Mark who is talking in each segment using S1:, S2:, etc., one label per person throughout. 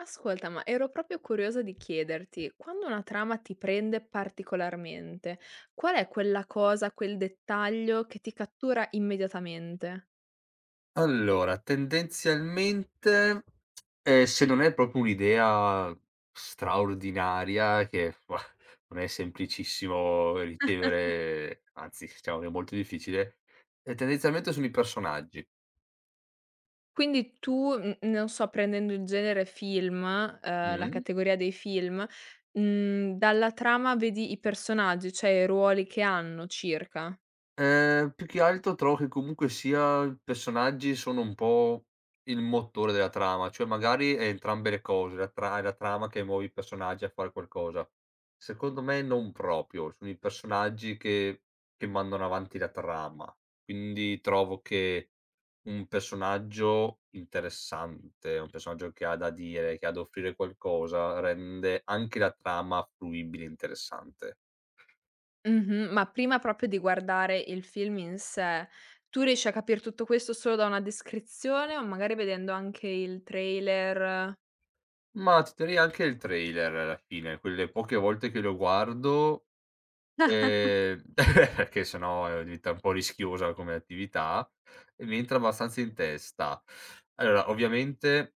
S1: Ascolta, ma ero proprio curiosa di chiederti, quando una trama ti prende particolarmente, qual è quella cosa, quel dettaglio che ti cattura immediatamente?
S2: Allora, tendenzialmente, se non è proprio un'idea straordinaria che non è semplicissimo ricevere, anzi, diciamo che è molto difficile, tendenzialmente sono i personaggi.
S1: Quindi tu, n non so, prendendo il genere film, la
S2: Mh.
S1: categoria dei film, dalla trama vedi i personaggi, cioè i ruoli che hanno circa?
S2: Più che altro trovo che comunque sia i personaggi sono un po' il motore della trama, cioè magari è entrambe le cose, la tra è la trama che muove i personaggi a fare qualcosa. Secondo me non proprio, sono i personaggi che mandano avanti la trama. Quindi trovo che un personaggio interessante, un personaggio che ha da dire, che ha da offrire qualcosa, rende anche la trama fruibile e interessante.
S1: Mh-mh, ma prima proprio di guardare il film in sé, tu riesci a capir tutto questo solo da una descrizione o magari vedendo anche il trailer?
S2: Ma ti direi anche il trailer alla fine, quelle poche volte che lo guardo, perché sennò, diventa un po' rischiosa come attività, e mi entra abbastanza in testa. Allora, ovviamente,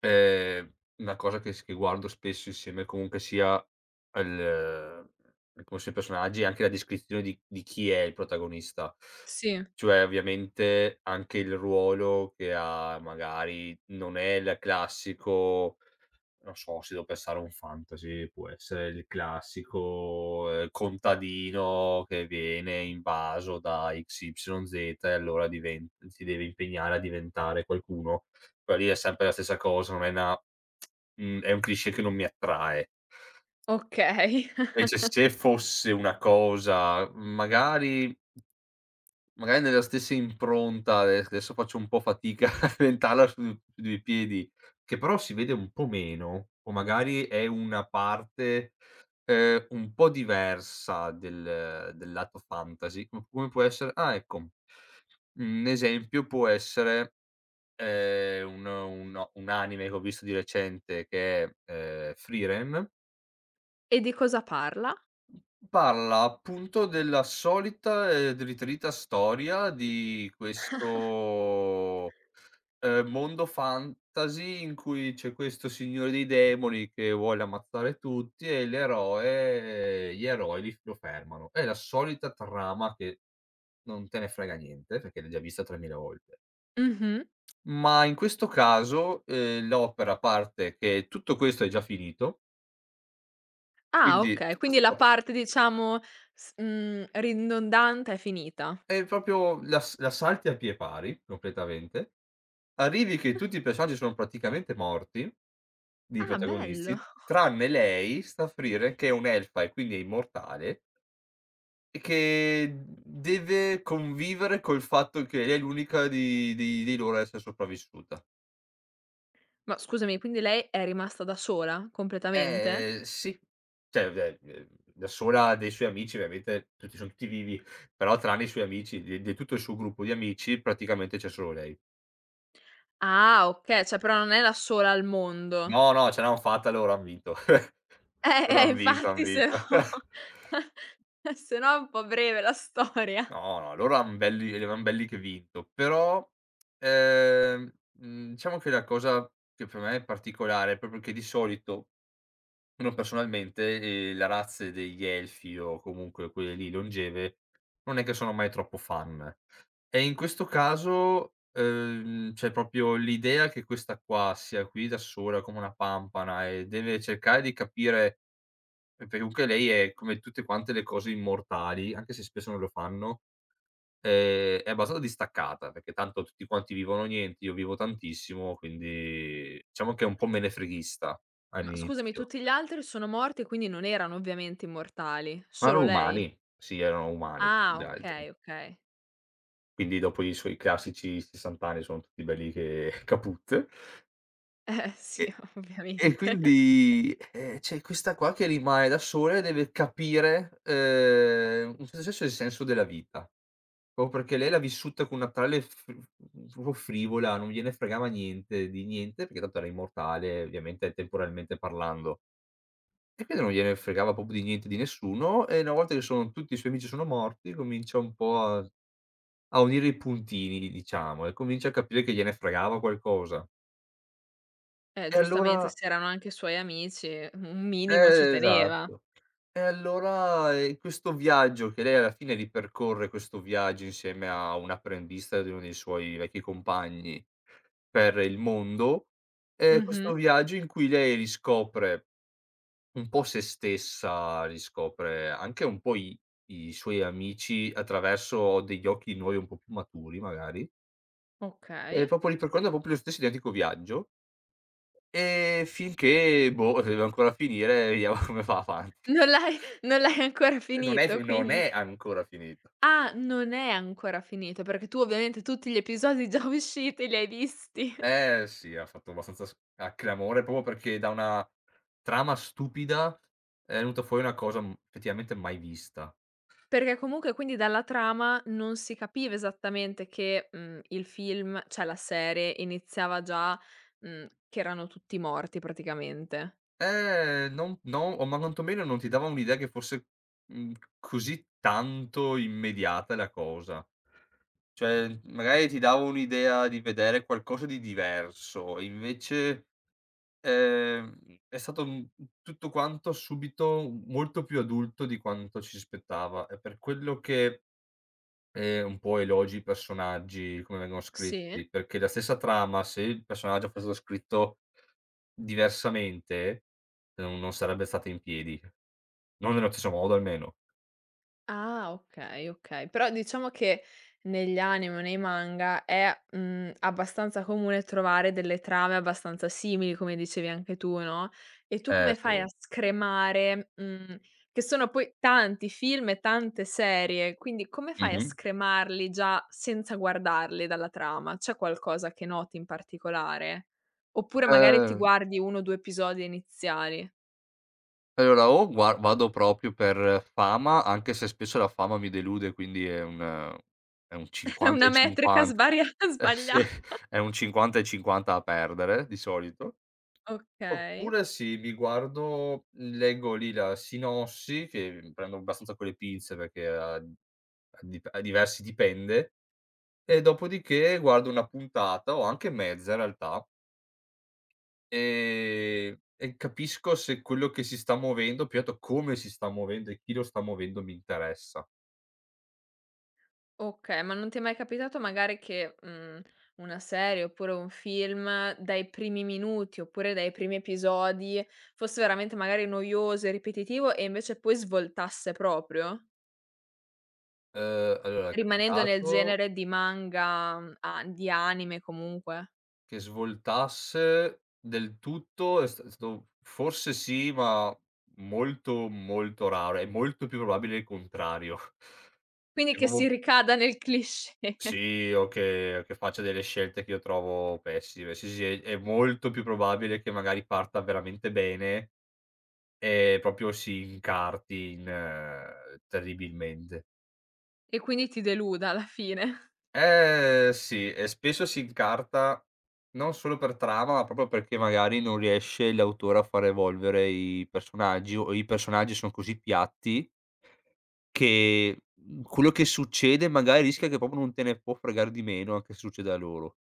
S2: ehm, una cosa che guardo spesso insieme comunque sia al come sono i personaggi, è anche la descrizione di chi è il protagonista.
S1: Sì,
S2: Cioè, ovviamente, anche il ruolo che ha magari non è il classico, non so, se devo pensare a un fantasy, può essere il classico, contadino che viene invaso da XYZ e allora diven si deve impegnare a diventare qualcuno. Quella lì è sempre la stessa cosa, non è una è un cliché che non mi attrae.
S1: okay.
S2: Invece se fosse una cosa magari magari nella stessa impronta, adesso faccio un po' fatica a inventarla su sui piedi, che però si vede un po' meno, o magari è una parte, un po' diversa del lato fantasy, co come può essere, ah ecco, un esempio può essere, un o un anime che ho visto di recente che è, Frieren.
S1: E di cosa parla?
S2: Parla appunto della solita ed ritrita storia di questo, mondo fantasy in cui c'è questo signore dei demoni che vuole ammazzare tutti e l'eroe gli eroi li f lo fermano. È la solita trama che non te ne frega niente perché l'hai già vista 3000 volte.
S1: Mh-mh.
S2: Ma in questo caso, l'opera parte che tutto questo è già finito,
S1: Ah,
S2: quindi
S1: okay,
S2: tutta
S1: quindi
S2: 'sta.
S1: la parte diciamo s ridondante è finita.
S2: E proprio la salti a pie pari, completamente. Arrivi che tutti i personaggi sono praticamente morti, i
S1: Ah, bello.
S2: protagonisti, tranne lei, Saphir, che è un'elfa e quindi è immortale, e che deve convivere col fatto che lei è l'unica di loro a essere sopravvissuta.
S1: Ma scusami, quindi lei è rimasta da sola completamente?
S2: Sì. Cioè, beh, da sola dei suoi amici; ovviamente tutti son tutti vivi, però tranne i suoi amici, di tutto il suo gruppo di amici, praticamente c'è solo lei.
S1: Ah, okay, cioè però non è la sola al mondo.
S2: No, no, ce l'han fatta loro, han vinto. Loro han vinto, han
S1: Infatti se no
S2: vinto.
S1: se no è un po' breve la storia.
S2: No, no, loro han belli eran belli che vinto. Però, ehm, diciamo che la cosa che per me è particolare è proprio che di solito, uno personalmente, le razze degli elfi o comunque quelle lì longeve, non è che sono mai troppo fan. E in questo caso, c'è proprio l'idea che questa qua sia qui da sola come una pampana e deve cercare di capire. E perché comunque lei è come tutte quante le cose immortali, anche se spesso non lo fanno, è abbastanza distaccata, perché tanto tutti quanti vivono niente, io vivo tantissimo, quindi diciamo che è un po' menefreghista
S1: Ma scusami,
S2: all'inizio.
S1: tutti gli altri sono morti, quindi non erano ovviamente immortali,
S2: Ma
S1: solo
S2: erano
S1: lei?
S2: umani, sì, erano umani
S1: Ah,
S2: gli altri.
S1: okay, okay.
S2: Quindi dopo i suoi classici 60 anni sono tutti belli che kaput.
S1: Eh sì,
S2: E e
S1: ovviamente.
S2: quindi, c'è questa qua che rimane da sola e deve capire, in un certo senso il senso della vita. O perché lei l'ha vissuta con una tale proprio frivola, non gliene fregava niente di niente, perché tanto era immortale, ovviamente temporalmente parlando, e quindi non gliene fregava proprio di niente di nessuno, e una volta che sono tutti i suoi amici sono morti, comincia un po' a a unire i puntini, diciamo, e comincia a capire che gliene fregava qualcosa. E
S1: Giustamente
S2: allora,
S1: se erano anche suoi amici, un minimo ci teneva.
S2: esatto. E allora, questo viaggio che lei alla fine ripercorre questo viaggio insieme a un apprendista di uno dei suoi vecchi compagni per il mondo, questo
S1: Mh-mh,
S2: viaggio in cui lei riscopre un po' se stessa, riscopre anche un po' i suoi amici attraverso degli occhi nuovi, un po' più maturi magari, e
S1: okay.
S2: proprio ripercorrendo proprio lo stesso identico viaggio, finché boh, deve ancora finire, vediamo come va avanti.
S1: Non l'hai ancora finito
S2: Non è
S1: quindi?
S2: ancora finito.
S1: Ah, non è ancora finito, perché tu ovviamente tutti gli episodi già usciti li hai visti.
S2: Eh sì, ha fatto abbastanza s a clamore proprio perché da una trama stupida è venuta fuori una cosa, effettivamente mai vista.
S1: Perché comunque quindi dalla trama non si capiva esattamente che, il film cioè la serie iniziava già, che erano tutti morti praticamente.
S2: Non no o ma quantomeno non ti dava un'idea che fosse, mhmm, così tanto immediata la cosa. Cioè, magari ti dava un'idea di vedere qualcosa di diverso, invece, ehm, è stato, tutto quanto subito molto più adulto di quanto ci si aspettava. È per quello che un po' elogi i personaggi, come vengono
S1: Sì.
S2: scritti, perché la stessa trama, se il personaggio fosse stato scritto diversamente, non sarebbe stata in piedi. Non nello stesso modo almeno.
S1: Ah, okay, okay. Però diciamo che negli anime o nei manga è, abbastanza comune trovare delle trame abbastanza simili, come dicevi anche tu, no, e tu come fai a
S2: Sì.
S1: scremare, che sono poi tanti film e tante serie, quindi come fai a
S2: Mh-mh.
S1: scremarli già senza guardarli dalla trama? C'è qualcosa che noti in particolare? Oppure magari ti
S2: Ehm,
S1: guardi 1 o 2 episodi iniziali?
S2: allora o gua vado proprio per fama, anche se spesso la fama mi delude, quindi è un
S1: È
S2: 50
S1: una
S2: e
S1: metrica
S2: 50.
S1: sbaria
S2: Eh
S1: sbaglia
S2: sì, è un 50 e 50 a perdere di solito.
S1: okay.
S2: Oppure sì, mi guardo, leggo lì la sinossi, che, prendo abbastanza con le pinze perché a a di a diversi dipende, e dopodiché guardo una puntata o anche mezza in realtà, e capisco se quello che si sta muovendo, più che altro come si sta muovendo e chi lo sta muovendo mi interessa.
S1: Okay, ma non ti è mai capitato magari che, una serie oppure un film dai primi minuti, oppure dai primi episodi fosse veramente magari noioso e ripetitivo e invece poi svoltasse proprio?
S2: Allora è
S1: Rimanendo nel
S2: capitato.
S1: genere di manga, a di anime comunque.
S2: Che svoltasse del tutto è st è stato forse sì, ma molto, molto raro. È molto più probabile il contrario.
S1: Quindi
S2: Che
S1: che si
S2: proprio
S1: ricada nel cliché
S2: sì, o che faccia delle scelte che io trovo pessime. Sì, sì, è molto più probabile che magari parta veramente bene e proprio si incarti in, terribilmente.
S1: e quindi ti deluda alla fine.
S2: Eh sì, e spesso si incarta non solo per trama, ma proprio perché magari non riesce l'autore a far evolvere i personaggi, o i personaggi sono così piatti che, quello che succede magari rischia che proprio non te ne può fregare di meno anche se succede a loro.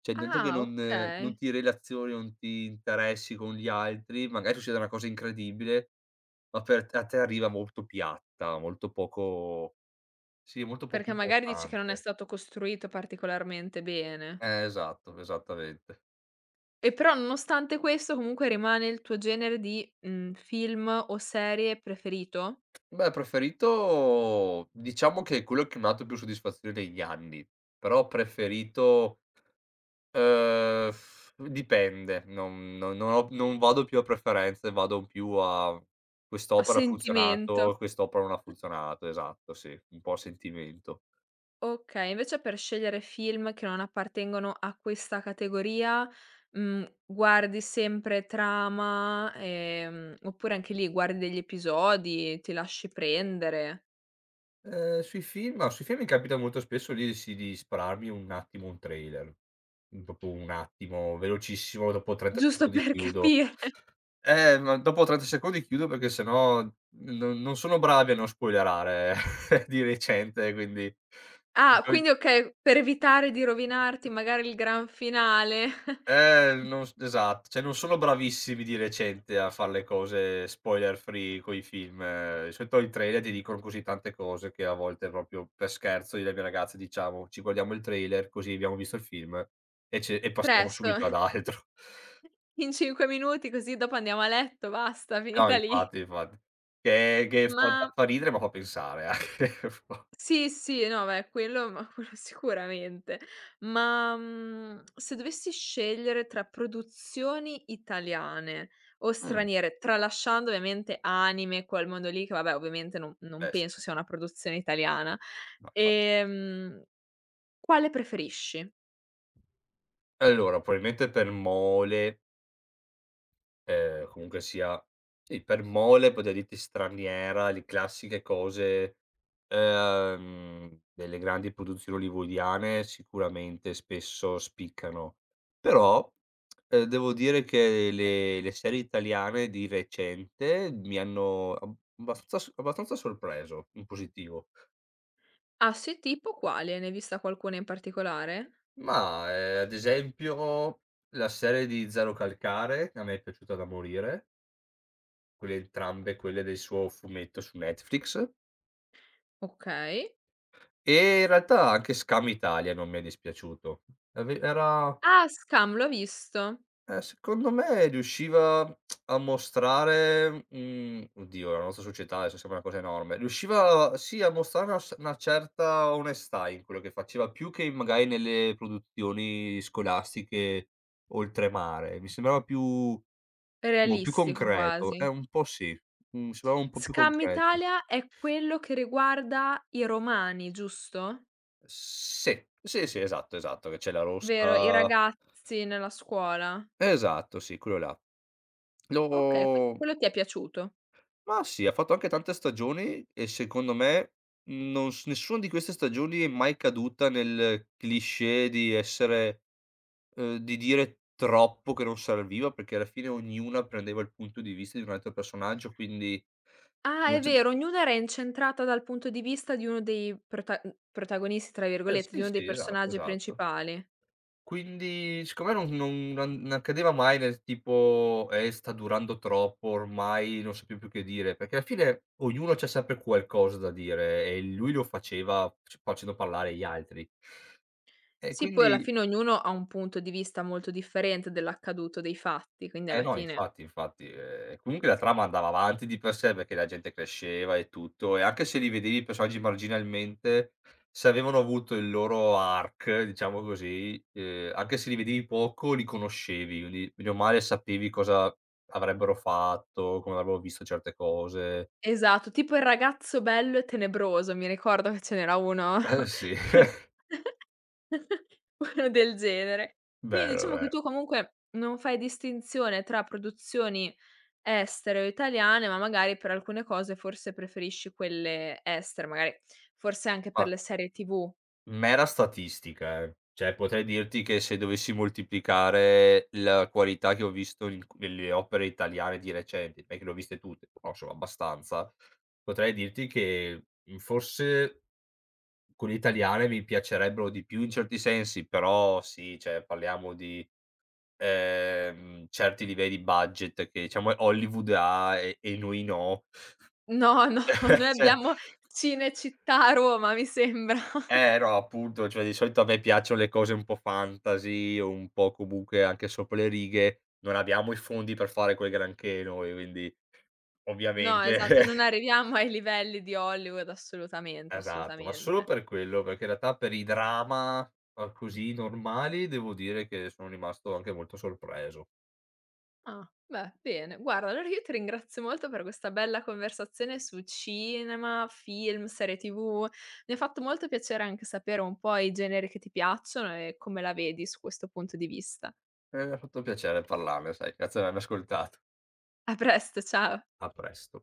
S2: Cioè intanto che
S1: Ah,
S2: non, non
S1: okay.
S2: ti relazioni, non ti interessi con gli altri, magari succede una cosa incredibile, ma per te a te arriva molto piatta, molto poco, sì, molto poco
S1: Perché magari dici che non è
S2: importante.
S1: stato costruito particolarmente bene.
S2: Esatto, esattamente.
S1: E però nonostante questo comunque rimane il tuo genere di, film o serie preferito?
S2: Beh, preferito diciamo che è quello che mi ha dato più soddisfazione negli anni, però preferito, uhm, dipende, non ho, non vado più a preferenze, vado più a
S1: A
S2: quest'opera ha
S1: sentimento.
S2: funzionato, quest'opera non ha funzionato, esatto, sì, un po' a sentimento.
S1: Okay, invece per scegliere film che non appartengono a questa categoria, guardi sempre trama, oppure anche lì guardi degli episodi, ti lasci prendere?
S2: Sui film ma sui film mi capita molto spesso di sì, di spararmi un attimo un trailer, proprio un attimo, velocissimo, dopo 30
S1: Giusto
S2: secondi
S1: per
S2: chiudo.
S1: capire.
S2: Ma dopo 30 secondi chiudo perché se no non sono bravi a non spoilerare di recente, quindi di
S1: Ah,
S2: soli
S1: quindi okay, per evitare di rovinarti magari il gran finale,
S2: non s esatto, cioè non sono bravissimi di recente a far le cose spoiler free coi film. Eh. Di solito i trailer ti dicono così tante cose che a volte proprio per scherzo io e le mie ragazze diciamo: "Ci guardiamo il trailer così abbiamo visto il film e passiamo
S1: presto.
S2: subito ad altro."
S1: In 5 minuti così dopo andiamo a letto, basta,
S2: No,
S1: finita lì.
S2: infatti, infatti. Che fa
S1: Ma
S2: fa ridere ma fa pensare anche un po'.
S1: sì, sì, no beh, quello ma quello sicuramente. Ma, se dovessi scegliere tra produzioni italiane o
S2: Mh.
S1: straniere, tralasciando ovviamente anime, quel mondo lì che vabbè ovviamente non
S2: Eh sì,
S1: penso sia una produzione italiana,
S2: ma infatti.
S1: ehm, quale preferisci?
S2: Allora, probabilmente per mole, comunque sia sì, per mole potrei dirti straniera, le classiche cose, delle grandi produzioni hollywoodiane sicuramente spesso spiccano. Però, devo dire che le serie italiane di recente mi hanno ab abbastanza s abbastanza sorpreso in positivo.
S1: Ah sì, tipo quale? Ne hai vista qualcuna in particolare?
S2: Ma, ad esempio la serie di Zero Calcare, a me è piaciuta da morire, quelle entrambe quelle del suo fumetto su Netflix,
S1: Okay.
S2: e in realtà anche Scam Italia non mi è dispiaciuto. Ave era
S1: Ah, Scam l'ho visto.
S2: secondo me riusciva a mostrare, oddio la nostra società adesso sembra una cosa enorme, riusciva sì a mostrare una s una certa onestà in quello che faceva, più che magari nelle produzioni scolastiche oltremare. Mi sembrava più, boh, più
S1: Realistico
S2: concreto,
S1: quasi.
S2: un po' sì, sembrava un po' più
S1: Scam
S2: concreto.
S1: Italia è quello che riguarda i romani, giusto?
S2: Sì, sì, sì, esatto, esatto, che c'è la
S1: Vero, i
S2: rossa,
S1: ragazzi nella scuola.
S2: esatto, sì, quello là.
S1: Okay, quindi
S2: Lo
S1: quello ti è piaciuto.
S2: ma sì, ha fatto anche tante stagioni e secondo me non s nessuna di queste stagioni è mai caduta nel cliché di essere, di dire troppo che non serviva, perché alla fine ognuna prendeva il punto di vista di un altro personaggio, quindi
S1: Ah,
S2: non
S1: è
S2: c'è
S1: vero, ognuna era incentrata dal punto di vista di uno dei prota "protagonisti", tra virgolette, di
S2: sì,
S1: uno dei
S2: sì, esatto,
S1: personaggi
S2: esatto.
S1: principali.
S2: Quindi siccome non cadeva mai nel tipo: sta durando troppo ormai, non sapiam più che dire", perché alla fine ognuno c'ha sempre qualcosa da dire e lui lo faceva c facendo parlare gli altri. E
S1: Sì, poi alla
S2: quindi
S1: fine ognuno ha un punto di vista molto differente dell'accaduto, dei fatti, quindi
S2: eh
S1: alla
S2: no,
S1: fine
S2: infatti, infatti. Comunque la trama andava avanti di per sé, perché la gente cresceva e tutto, e anche se li vedevi i personaggi marginalmente, se avevano avuto il loro arc, diciamo così, anche se li vedevi poco, li conoscevi, quindi bene o male sapevi cosa avrebbero fatto, come avrebbero visto certe cose.
S1: esatto, tipo il ragazzo bello e tenebroso, mi ricordo che ce n'era uno
S2: Eh sì,
S1: Quello del genere. Quindi
S2: vero,
S1: diciamo che
S2: vero.
S1: tu comunque non fai distinzione tra produzioni estere o italiane, ma magari per alcune cose forse preferisci quelle estere, magari forse anche
S2: Ma
S1: per le serie TV.
S2: Mera statistica, eh. Cioè potrei dirti che se dovessi moltiplicare la qualità che ho visto in nelle opere italiane di recente, non è che le ho viste tutte, però insomma abbastanza, potrei dirti che, forse quelle italiane mi piacerebbero di più in certi sensi, però sì, cioè parliamo di, certi livelli di budget che diciamo Hollywood ha e noi no.
S1: No, no, noi
S2: Cioè
S1: abbiamo Cinecittà a Roma, mi sembra.
S2: eh no, appunto, cioè di solito a me piacciono le cose un po' fantasy o un po' comunque anche sopra le righe, non abbiamo i fondi per fare quel granché noi, quindi
S1: No,
S2: ovviamente
S1: esatto, non arriviamo ai livelli di Hollywood assolutamente,
S2: esatto, ma solo
S1: assolutamente.
S2: per quello, perché in realtà per i drama, ma così normali, devo dire che sono rimasto anche molto sorpreso.
S1: Ah, beh, bene. Guarda, allora io ti ringrazio molto per questa bella conversazione su cinema, film, serie TV. Mi ha fatto molto piacere anche sapere un po' i generi che ti piacciono e come la vedi su questo punto di vista.
S2: E mi ha fatto piacere parlarne, sai, grazie di avermi ascoltato.
S1: A presto, ciao.
S2: A presto.